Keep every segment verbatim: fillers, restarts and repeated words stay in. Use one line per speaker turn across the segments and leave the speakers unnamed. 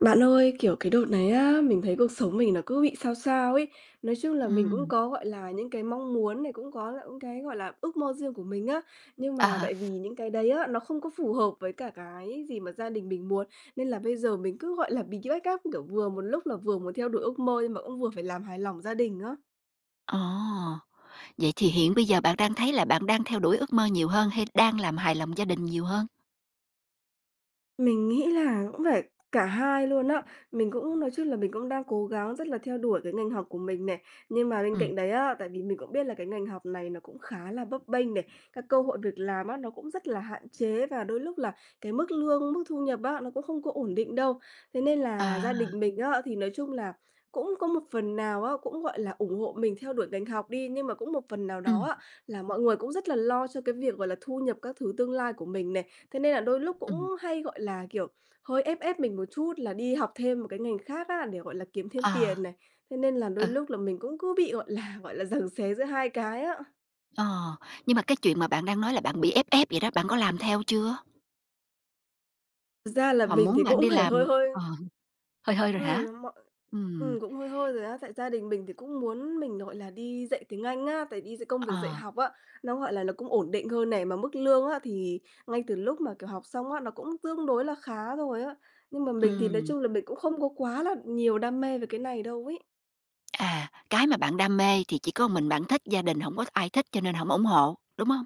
Bạn ơi, kiểu, cái đợt này á, mình thấy cuộc sống mình nó cứ bị sao sao ấy. Nói chung là mình cũng
Ừm,
có, gọi là, những cái mong muốn này, cũng có là những cái, gọi là, ước mơ riêng của mình á, nhưng
à
mà
há,
tại vì những cái đấy á, nó không có phù hợp với cả cái gì mà gia đình mình muốn, nên là bây giờ mình cứ, gọi là, bị backup, kiểu, vừa một lúc là vừa muốn theo đuổi ước mơ nhưng mà cũng vừa phải làm hài lòng gia đình á.
ồ, vậy thì hiện bây giờ bạn đang thấy là bạn đang theo đuổi ước mơ nhiều hơn hay đang làm hài lòng gia đình nhiều hơn?
Mình nghĩ là cũng phải cả hai luôn á. Mình cũng nói chung là mình cũng đang cố gắng rất là theo đuổi cái ngành học của mình này. Nhưng mà bên
Ừm,
cạnh đấy á, tại vì mình cũng biết là cái ngành học này nó cũng khá là bấp bênh này, các cơ hội việc làm á, nó cũng rất là hạn chế và đôi lúc là cái mức lương, mức thu nhập á, nó cũng không có ổn định đâu. Thế nên
à,
là gia đình mình á, thì nói chung là cũng có một phần nào á, cũng gọi là ủng hộ mình theo đuổi ngành học đi, nhưng mà cũng một phần nào đó
ừm,
á, là mọi người cũng rất là lo cho cái việc, gọi là, thu nhập các thứ tương lai của mình này. Thế nên là đôi lúc cũng
ừm,
hay, gọi là, kiểu, hơi ép ép mình một chút là đi học thêm một cái ngành khác á, để, gọi là, kiếm thêm
ờ,
tiền này. Thế nên là đôi
ừ,
lúc là mình cũng cứ bị, gọi là, gọi là, giằng xé giữa hai cái á.
ờ, nhưng mà cái chuyện mà bạn đang nói là bạn bị ép ép vậy đó, bạn có làm theo chưa?
Thực ra là
Họ
mình
muốn
thì
bạn
cũng
đi
phải hơi
làm.
hơi.
Ờ, hơi hơi rồi hả?
Ừm, mọi
Ừm,
ừm, Cũng hơi hơi rồi á. Tại gia đình mình thì cũng muốn mình, gọi là, đi dạy tiếng Anh á, tại đi dạy công việc dạy
ờ,
học á, nó, gọi là, nó cũng ổn định hơn này, mà mức lương á thì ngay từ lúc mà, kiểu, học xong á, nó cũng tương đối là khá rồi á. Nhưng mà mình thì nói
ừm,
chung là mình cũng không có quá là nhiều đam mê về cái này đâu ấy.
à, cái mà bạn đam mê thì chỉ có mình bạn thích, gia đình không có ai thích cho nên không ủng hộ, đúng không?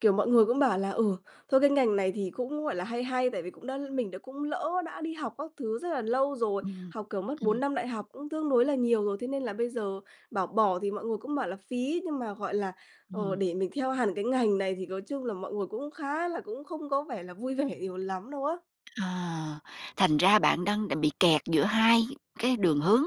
Kiểu, mọi người cũng bảo là, ừ, thôi cái ngành này thì cũng, gọi là, hay hay, tại vì cũng đã mình đã cũng lỡ đã đi học các thứ rất là lâu rồi,
Ừm,
học, kiểu, mất bốn
ừm,
năm đại học cũng tương đối là nhiều rồi, thế nên là bây giờ bảo bỏ thì mọi người cũng bảo là phí. Nhưng mà, gọi là, ờ,
ừm.
để mình theo hẳn cái ngành này thì nói chung là mọi người cũng khá là cũng không có vẻ là vui vẻ nhiều lắm đâu á.
À, thành ra bạn đang đang bị kẹt giữa hai cái đường hướng,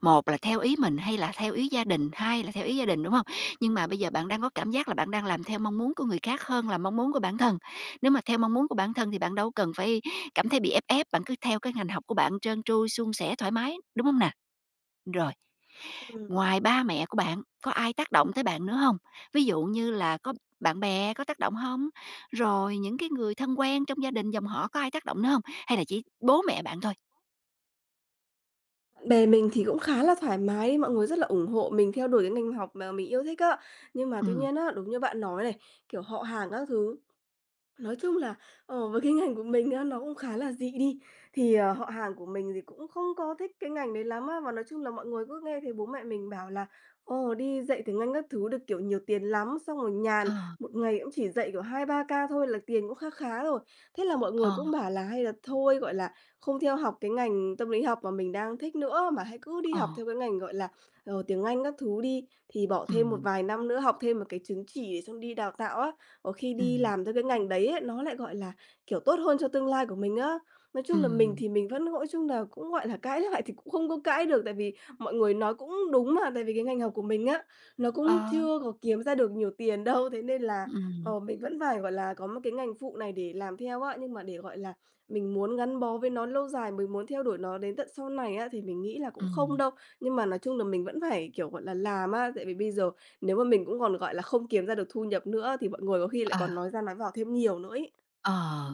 một là theo ý mình hay là theo ý gia đình, hai là theo ý gia đình, đúng không? Nhưng mà bây giờ bạn đang có cảm giác là bạn đang làm theo mong muốn của người khác hơn là mong muốn của bản thân. Nếu mà theo mong muốn của bản thân thì bạn đâu cần phải cảm thấy bị ép ép, bạn cứ theo cái ngành học của bạn trơn tru, suôn sẻ, thoải mái, đúng không nè? Rồi,
Ừm,
ngoài ba mẹ của bạn, có ai tác động tới bạn nữa không? Ví dụ như là có bạn bè có tác động không? Rồi những cái người thân quen trong gia đình, dòng họ có ai tác động nữa không? Hay là chỉ bố mẹ bạn thôi?
bạn bè mình thì cũng khá là thoải mái, mọi người rất là ủng hộ mình theo đuổi cái ngành học mà mình yêu thích á. Nhưng mà tuy
Ừ,
nhiên á, đúng như bạn nói này, kiểu, họ hàng các thứ. Nói chung là, ờ, với cái ngành của mình á, nó cũng khá là dị đi, thì, ờ, họ hàng của mình thì cũng không có thích cái ngành đấy lắm á. Và nói chung là mọi người cứ nghe thấy bố mẹ mình bảo là: "Ồ, đi dạy tiếng Anh các thứ được, kiểu, nhiều tiền lắm, xong rồi nhàn,
ờ,
một ngày cũng chỉ dạy, kiểu, hai ba ca thôi là tiền cũng khá khá rồi." Thế là mọi
ờ,
người cũng bảo là hay là thôi, gọi là, không theo học cái ngành tâm lý học mà mình đang thích nữa, mà hãy cứ đi
ờ.
học theo cái ngành, gọi là, ờ, tiếng Anh các thứ đi, thì bỏ
Ừ,
thêm một vài năm nữa, học thêm một cái chứng chỉ để xong đi đào tạo á. Có khi đi
ừ,
làm theo cái ngành đấy ấy, nó lại, gọi là, kiểu, tốt hơn cho tương lai của mình á. Nói chung là mình
ừ.
thì mình vẫn nói chung là cũng, gọi là, cãi lại thì cũng không có cãi được, tại vì mọi người nói cũng đúng mà, tại vì cái ngành học của mình á, nó cũng
Ờ.
chưa có kiếm ra được nhiều tiền đâu. Thế nên là,
Ừm,
ờ, mình vẫn phải, gọi là, có một cái ngành phụ này để làm theo á. Nhưng mà để, gọi là, mình muốn gắn bó với nó lâu dài, mình muốn theo đuổi nó đến tận sau này á, thì mình nghĩ là cũng không
ừm.
đâu. Nhưng mà nói chung là mình vẫn phải, kiểu, gọi là, làm á, tại vì bây giờ nếu mà mình cũng còn, gọi là, không kiếm ra được thu nhập nữa thì mọi người có khi lại còn nói ra nói vào thêm nhiều nữa ấy.
Ờ,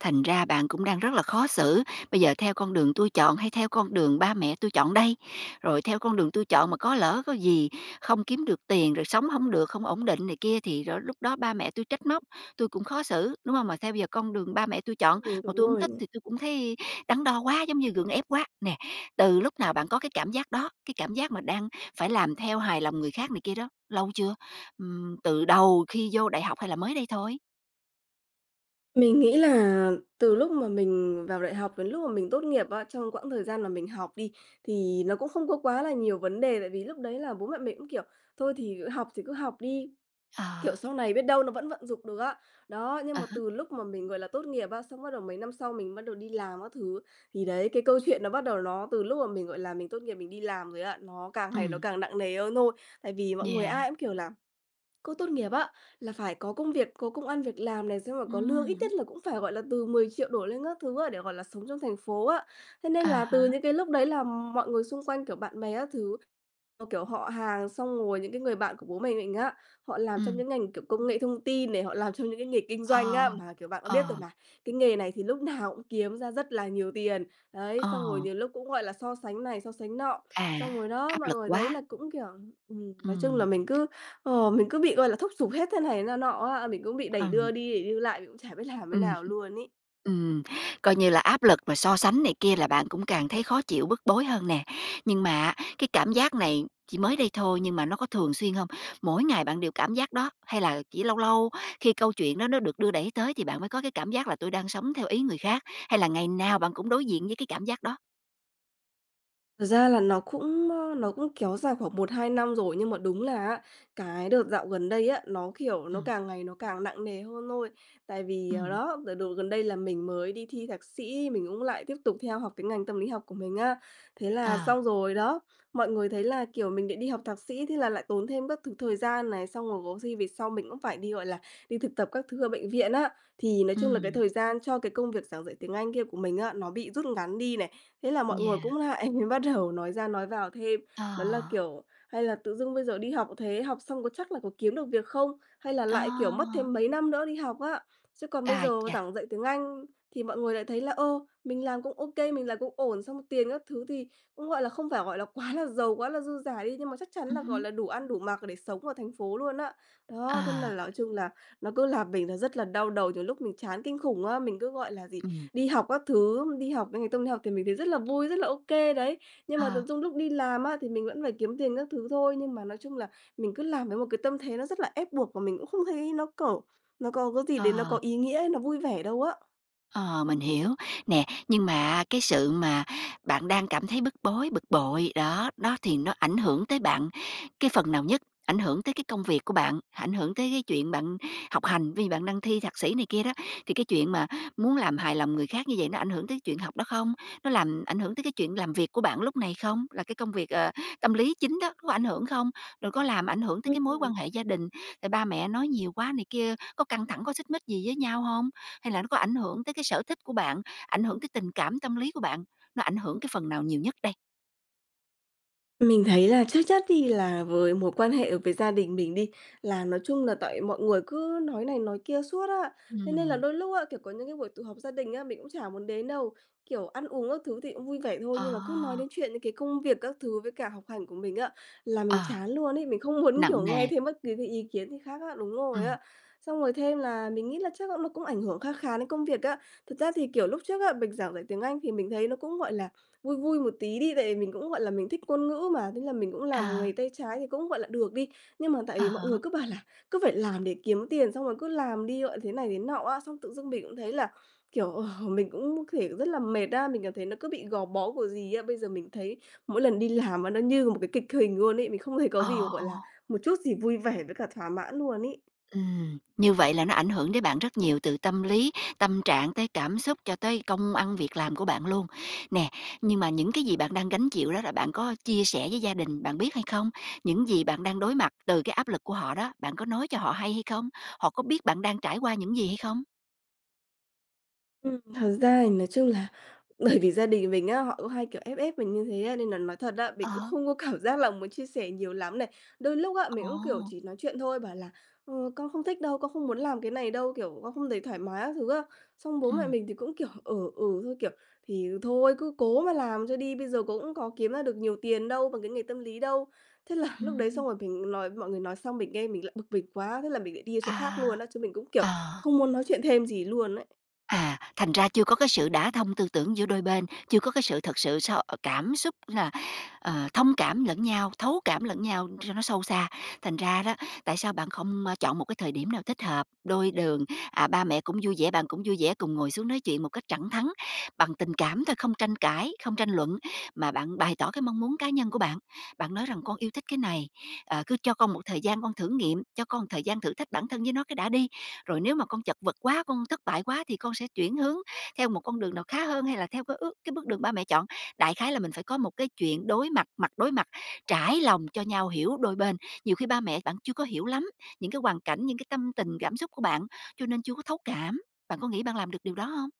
thành ra bạn cũng đang rất là khó xử. Bây giờ theo con đường tôi chọn hay theo con đường ba mẹ tôi chọn đây? Rồi theo con đường tôi chọn mà có lỡ có gì không kiếm được tiền, rồi sống không được, không ổn định này kia thì rồi lúc đó ba mẹ tôi trách móc, tôi cũng khó xử, đúng không? Mà theo bây giờ con đường ba mẹ tôi chọn
Ừm,
mà
đúng
tôi hổng
rồi
thích
nè.
thì tôi cũng thấy đắn đo quá, giống như gượng ép quá. Nè, từ lúc nào bạn có cái cảm giác đó, cái cảm giác mà đang phải làm theo hài lòng người khác này kia đó, lâu chưa? Ừm, từ đầu khi vô đại học hay là mới đây thôi?
Mình nghĩ là từ lúc mà mình vào đại học đến lúc mà mình tốt nghiệp á, trong quãng thời gian mà mình học đi, thì nó cũng không có quá là nhiều vấn đề, tại vì lúc đấy là bố mẹ mình cũng, kiểu, thôi thì học thì cứ học đi.
Ờ.
Kiểu, sau này biết đâu nó vẫn vận dụng được á. Đó, nhưng
Ờ.
mà từ lúc mà mình, gọi là, tốt nghiệp á, xong bắt đầu mấy năm sau mình bắt đầu đi làm các thứ, thì đấy, cái câu chuyện nó bắt đầu nó từ lúc mà mình, gọi là, mình tốt nghiệp mình đi làm rồi á, nó càng ngày nó
Ừm,
càng nặng nề hơn thôi. Tại vì mọi người
yeah,
ai cũng kiểu là: "Cô tốt nghiệp á, là phải có công việc, có công ăn việc làm này, xong rồi có lương ít
ừm,
nhất là cũng phải, gọi là, từ mười triệu đổ lên các thứ á, để, gọi là, sống trong thành phố á." Thế nên
à
là từ
há,
những cái lúc đấy là mọi người xung quanh, kiểu, bạn bè các thứ. Ờ, kiểu, họ hàng, xong rồi những cái người bạn của bố mình mình á, họ làm trong
ừm,
những ngành, kiểu, công nghệ thông tin này, họ làm trong những cái nghề kinh doanh á,
ờ,
mà, kiểu, bạn cũng
ờ,
biết rồi mà, cái nghề này thì lúc nào cũng kiếm ra rất là nhiều tiền. Đấy,
ờ,
xong rồi nhiều lúc cũng, gọi là, so sánh này, so sánh nọ,
à,
xong rồi đó,
áp
mọi
lực
người đấy
quá,
là cũng, kiểu, ừm, nói chung là
ừm,
mình cứ, ờ, mình cứ bị, gọi là, thúc giục hết thế này thế nọ nọ á, mình cũng bị đẩy đưa
ừm,
đi đẩy đưa lại, mình cũng chả biết làm thế
ừm,
nào luôn ý.
ừm, coi như là áp lực mà so sánh này kia là bạn cũng càng thấy khó chịu, bức bối hơn nè. Nhưng mà á, cái cảm giác này chỉ mới đây thôi nhưng mà nó có thường xuyên hông? Mỗi ngày bạn đều cảm giác đó, hay là chỉ lâu lâu khi câu chuyện đó nó được đưa đẩy tới thì bạn mới có cái cảm giác là "Tôi đang sống theo ý người khác", hay là ngày nào bạn cũng đối diện với cái cảm giác đó?
Thật ra là nó cũng, ơ, nó cũng kéo dài khoảng một hai năm rồi, nhưng mà đúng là á, cái đợt dạo gần đây á, nó, kiểu, nó
Ừm,
càng ngày nó càng nặng nề hơn thôi. Tại vì, ờ,
ừm,
đó, đợt đợt gần đây là mình mới đi thi thạc sĩ, mình cũng lại tiếp tục theo học cái ngành tâm lý học của mình á. Thế là
ờ,
xong rồi đó, mọi người thấy là, kiểu, mình để đi học thạc sĩ, thế là lại tốn thêm các thứ thời gian này, xong rồi có khi về sau mình cũng phải đi, gọi là, đi thực tập các thứ ở bệnh viện á. Thì nói chung là cái
ừm.
thời gian cho cái công việc giảng dạy tiếng Anh kia của mình á, nó bị rút ngắn đi này. Thế là mọi người
Yeah,
cũng lại mới bắt đầu nói ra nói vào thêm.
ờ,
Đó là, kiểu, hay là tự dưng bây giờ đi học thế, học xong có chắc là có kiếm được việc không? Hay là
ờ,
lại, kiểu, mất thêm mấy năm nữa đi học á? Chứ còn bây
à,
giờ
chà,
giảng dạy tiếng Anh thì mọi người lại thấy là, ô mình làm cũng ok, mình làm cũng ổn, xong tiền các thứ thì cũng, gọi là, không phải, gọi là, quá là giàu, quá là dư giả đi, nhưng mà chắc chắn
ừm
là, gọi
hứm,
là, đủ ăn đủ mặc để sống ở thành phố luôn á.
ờ,
Đó, thế là nói chung là nó cứ làm mình là rất là đau đầu, nhiều lúc mình chán kinh khủng á, mình cứ, gọi là gì,
ừm,
đi học các thứ, đi học ngày tâm lý học thì mình thấy rất là vui, rất là ok đấy. Nhưng mà tự
ờ,
dưng lúc đi làm á, thì mình vẫn phải kiếm tiền các thứ thôi, nhưng mà nói chung là mình cứ làm với một cái tâm thế nó rất là ép buộc và mình cũng không thấy nó, kiểu, nó có cái gì đến nó có
ờ.
ý nghĩa hay nó vui vẻ đâu á.
Ờ, mình hiểu. Nè, nhưng mà cái sự mà bạn đang cảm thấy bức bối, bực bội, đó, đó thì nó ảnh hưởng tới bạn cái phần nào nhất? Ảnh hưởng tới cái công việc của bạn, ảnh hưởng tới cái chuyện bạn học hành, vì bạn đang thi thạc sĩ này kia đó, thì cái chuyện mà muốn làm hài lòng người khác như vậy nó ảnh hưởng tới chuyện học đó không? Nó làm ảnh hưởng tới cái chuyện làm việc của bạn lúc này không? Là cái công việc, ờ, tâm lý chính đó, có ảnh hưởng không? Rồi có làm ảnh hưởng tới cái mối
Ừm.
quan hệ gia đình, rồi ba mẹ nói nhiều quá này kia, có căng thẳng, có xích mích gì với nhau không, hay là nó có ảnh hưởng tới cái sở thích của bạn, ảnh hưởng tới tình cảm tâm lý của bạn? Nó ảnh hưởng cái phần nào nhiều nhất đây?
Mình thấy là chắc chắn thì là với mối quan hệ với gia đình mình đi, là nói chung là tại mọi người cứ nói này nói kia suốt á. Thế nên là
Ừm.
đôi lúc á, kiểu, có những cái buổi tụ họp gia đình á, mình cũng chả muốn đến đâu. Kiểu, ăn uống các thứ thì cũng vui vẻ thôi,
Ờ,
nhưng mà cứ nói đến chuyện những cái công việc các thứ với cả học hành của mình á, là mình
ờ,
chán luôn ấy. Mình không muốn, kiểu,
nặng
nghe
nề.
thêm bất cứ cái ý kiến gì khác á, đúng rồi
Ừm.
á. Xong rồi thêm là mình nghĩ là chắc cũng nó cũng ảnh hưởng khá khá đến công việc á. Thật ra thì, kiểu, lúc trước á, mình giảng dạy tiếng Anh thì mình thấy nó cũng, gọi là vui vui một tí đi, tại vì mình cũng, gọi là, mình thích ngôn ngữ mà, thế là mình cũng
Ờ,
làm nghề tay trái thì cũng, gọi là, được đi. Nhưng mà tại
à há, ờ,
vì mọi người
hả.
cứ bảo là cứ phải làm để kiếm tiền, xong rồi cứ làm đi, gọi, thế này thế nọ á, xong tự dưng mình cũng thấy là, kiểu, ờ, mình cũng có thể rất là mệt á, mình cảm thấy nó cứ bị gò bó của gì á. Bây giờ mình thấy mỗi lần đi làm mà nó như một cái kịch hình luôn ấy, mình không thấy có
Ồ.
gì, gọi là, một chút gì vui vẻ với cả thỏa mãn luôn ấy.
Ừm, như vậy là nó ảnh hưởng đến bạn rất nhiều, từ tâm lý, tâm trạng tới cảm xúc cho tới công ăn việc làm của bạn luôn. Nè, nhưng mà những cái gì bạn đang gánh chịu đó là bạn có chia sẻ với gia đình bạn biết hay không? Những gì bạn đang đối mặt từ cái áp lực của họ đó, bạn có nói cho họ hay hay không? Họ có biết bạn đang trải qua những gì hay không?
Ừm, thật ra thì nói chung là bởi vì gia đình mình á, họ cũng hay, kiểu, ép ép mình như thế á, nên là nói thật á, mình cũng
Ờ.
không có cảm giác là muốn chia sẻ nhiều lắm này. Đôi lúc á, mình cũng, kiểu,
Ồ,
chỉ nói chuyện thôi, bảo là "Ờ, con không thích đâu, con không muốn làm cái này đâu", kiểu, con không thấy thoải mái các thứ á. Xong bố mẹ
ừm,
mình thì cũng, kiểu, "Ừ, ừ" thôi, kiểu, "Thì thôi cứ cố mà làm cho đi, bây giờ cô cũng có kiếm ra được nhiều tiền đâu bằng cái nghề tâm lý đâu." Thế là lúc đấy
ừm,
xong rồi mình nói mọi người nói xong mình nghe mình lại bực mình quá, thế là mình lại đi chỗ
à,
khác luôn á, chứ mình cũng, kiểu,
à, ờ.
không muốn nói chuyện thêm gì luôn ấy.
À, thành ra chưa có cái sự đả thông tư tưởng giữa đôi bên, chưa có cái sự thật sự sao cảm xúc là, ờ, thông cảm lẫn nhau, thấu cảm lẫn nhau cho nó sâu xa. Thành ra đó, tại sao bạn không, ơ, chọn một cái thời điểm nào thích hợp, đôi đường, à, ba mẹ cũng vui vẻ, bạn cũng vui vẻ, cùng ngồi xuống nói chuyện một cách thẳng thắn, bằng tình cảm thôi, không tranh cãi, không tranh luận, mà bạn bày tỏ cái mong muốn cá nhân của bạn. Bạn nói rằng "Con yêu thích cái này, ờ, cứ cho con một thời gian con thử nghiệm, cho con thời gian thử thách bản thân với nó cái đã đi." Rồi nếu mà con chật vật quá, con thất bại quá thì con sẽ chuyển hướng theo một con đường nào khá hơn hay là theo cái ước cái bước đường ba mẹ chọn. Đại khái là mình phải có một cái chuyện đối mặt, mặt đối mặt, trải lòng cho nhau hiểu đôi bên. Nhiều khi ba mẹ bạn chưa có hiểu lắm những cái hoàn cảnh, những cái tâm tình, cảm xúc của bạn, cho nên chưa có thấu cảm. Bạn có nghĩ bạn làm được điều đó không?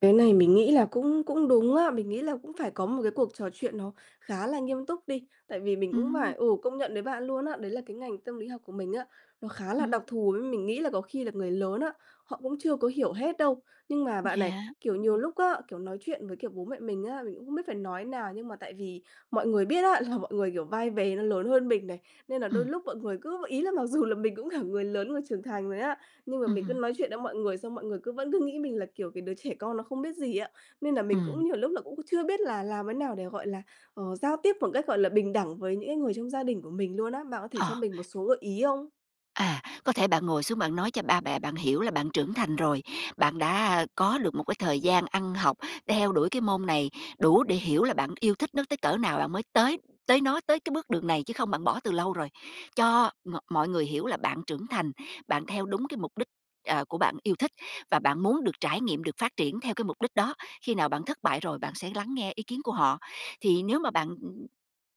Cái này mình nghĩ là cũng cũng đúng á, mình nghĩ là cũng phải có một cái cuộc trò chuyện nó khá là nghiêm túc đi. Tại vì mình cũng phải
Ừm,
ừ, công nhận với bạn luôn á, đấy là cái ngành tâm lý học của mình á, nó khá là
ừm,
đặc thù, với mình nghĩ là có khi là người lớn á, họ cũng chưa có hiểu hết đâu. Nhưng mà bạn này,
dạ,
kiểu, nhiều lúc á, kiểu, nói chuyện với, kiểu, bố mẹ mình á, mình cũng không biết phải nói nào, nhưng mà tại vì mọi người biết á, là mọi người, kiểu, vai vế nó lớn hơn mình này, nên là đôi
ừm,
lúc mọi người cứ ý là mặc dù là mình cũng cả người lớn, người trưởng thành rồi á, nhưng mà
ừm
mình cứ
hứm,
nói chuyện với mọi người xong mọi người cứ vẫn cứ nghĩ mình là, kiểu, cái đứa trẻ con nó không biết gì ạ, nên là mình
ừm,
cũng nhiều lúc là cũng chưa biết là làm thế nào để, gọi là, ờ, giao tiếp một cách, gọi là, bình đẳng với những cái người trong gia đình của mình luôn á. Bạn có thể cho
ờ.
mình một số gợi ý không?
À, có thể bạn ngồi xuống bạn nói cho ba mẹ bạn hiểu là bạn trưởng thành rồi, bạn đã có được một cái thời gian ăn học, theo đuổi cái môn này đủ để hiểu là bạn yêu thích nó tới cỡ nào bạn mới tới tới nó tới cái bước đường này chứ không bạn bỏ từ lâu rồi. Cho ng- mọi người hiểu là bạn trưởng thành, bạn theo đúng cái mục đích, à, của bạn yêu thích và bạn muốn được trải nghiệm được phát triển theo cái mục đích đó, khi nào bạn thất bại rồi bạn sẽ lắng nghe ý kiến của họ. Thì nếu mà bạn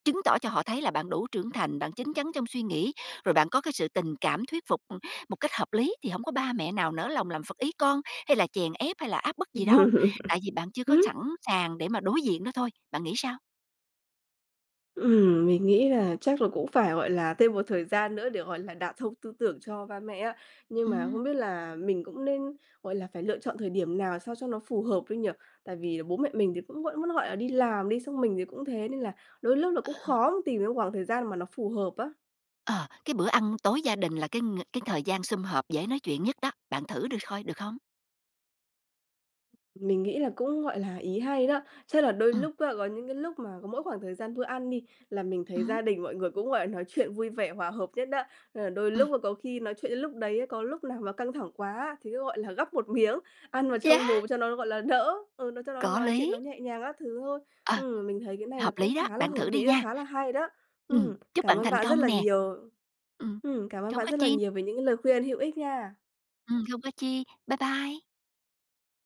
chứng tỏ cho họ thấy là bạn đủ trưởng thành, bạn chín chắn trong suy nghĩ, rồi bạn có cái sự tình cảm thuyết phục, ừ, một cách hợp lý thì không có ba mẹ nào nỡ lòng làm phật ý con, hay là chèn ép hay là áp bức gì đâu, tại vì bạn chưa có sẵn sàng để mà đối diện đó thôi. Bạn nghĩ sao?
Ừm, mình nghĩ là chắc là cũng phải, gọi là, thêm một thời gian nữa để, gọi là, đả thông tư tưởng cho ba mẹ á. Nhưng mà
Ừm,
không biết là mình cũng nên, gọi là, phải lựa chọn thời điểm nào sao cho nó phù hợp thôi nhỉ? Tại vì bố mẹ mình thì cũng vẫn vẫn, gọi là, đi làm đi, xong mình thì cũng thế, nên là đôi lúc là cũng khó mà tìm được khoảng thời gian mà nó phù hợp á.
ờ, cái bữa ăn tối gia đình là cái ng cái thời gian sum họp dễ nói chuyện nhất đó, bạn thử được coi được không?
Mình nghĩ là cũng, gọi là, ý hay đó. Chắc là đôi
Ừ,
lúc á, có những cái lúc mà có mỗi khoảng thời gian bữa ăn đi, là mình
ừ,
thấy gia đình mọi người cũng, gọi là, nói chuyện vui vẻ, hòa hợp nhất đó. Ờ, đôi
ừm,
lúc mà có khi nói chuyện đến lúc đấy á, có lúc nào mà căng thẳng quá á, thì cứ, gọi là, gắp một miếng, ăn vào
yeah,
trong mồm cho nó, gọi là, đỡ, ừ, nó cho nó
có
nói chuyện
lý,
nó nhẹ nhàng các thứ thôi.
ờ,
Ừm, mình thấy cái này là
hợp
cũng
lý đó,
khá là
bạn
hợp
thử đi
lý và
nha.
khá là hay đó.
Ừm,
Ừm,
chúc
cảm
bạn
ơn
thành
bạn rất
công
là
nè.
nhiều.
Ừm,
Ừm, cảm ơn
không
bạn
có
rất là
chi.
nhiều về những cái lời khuyên hữu ích nha.
Ừm, không có chi. Bye bye.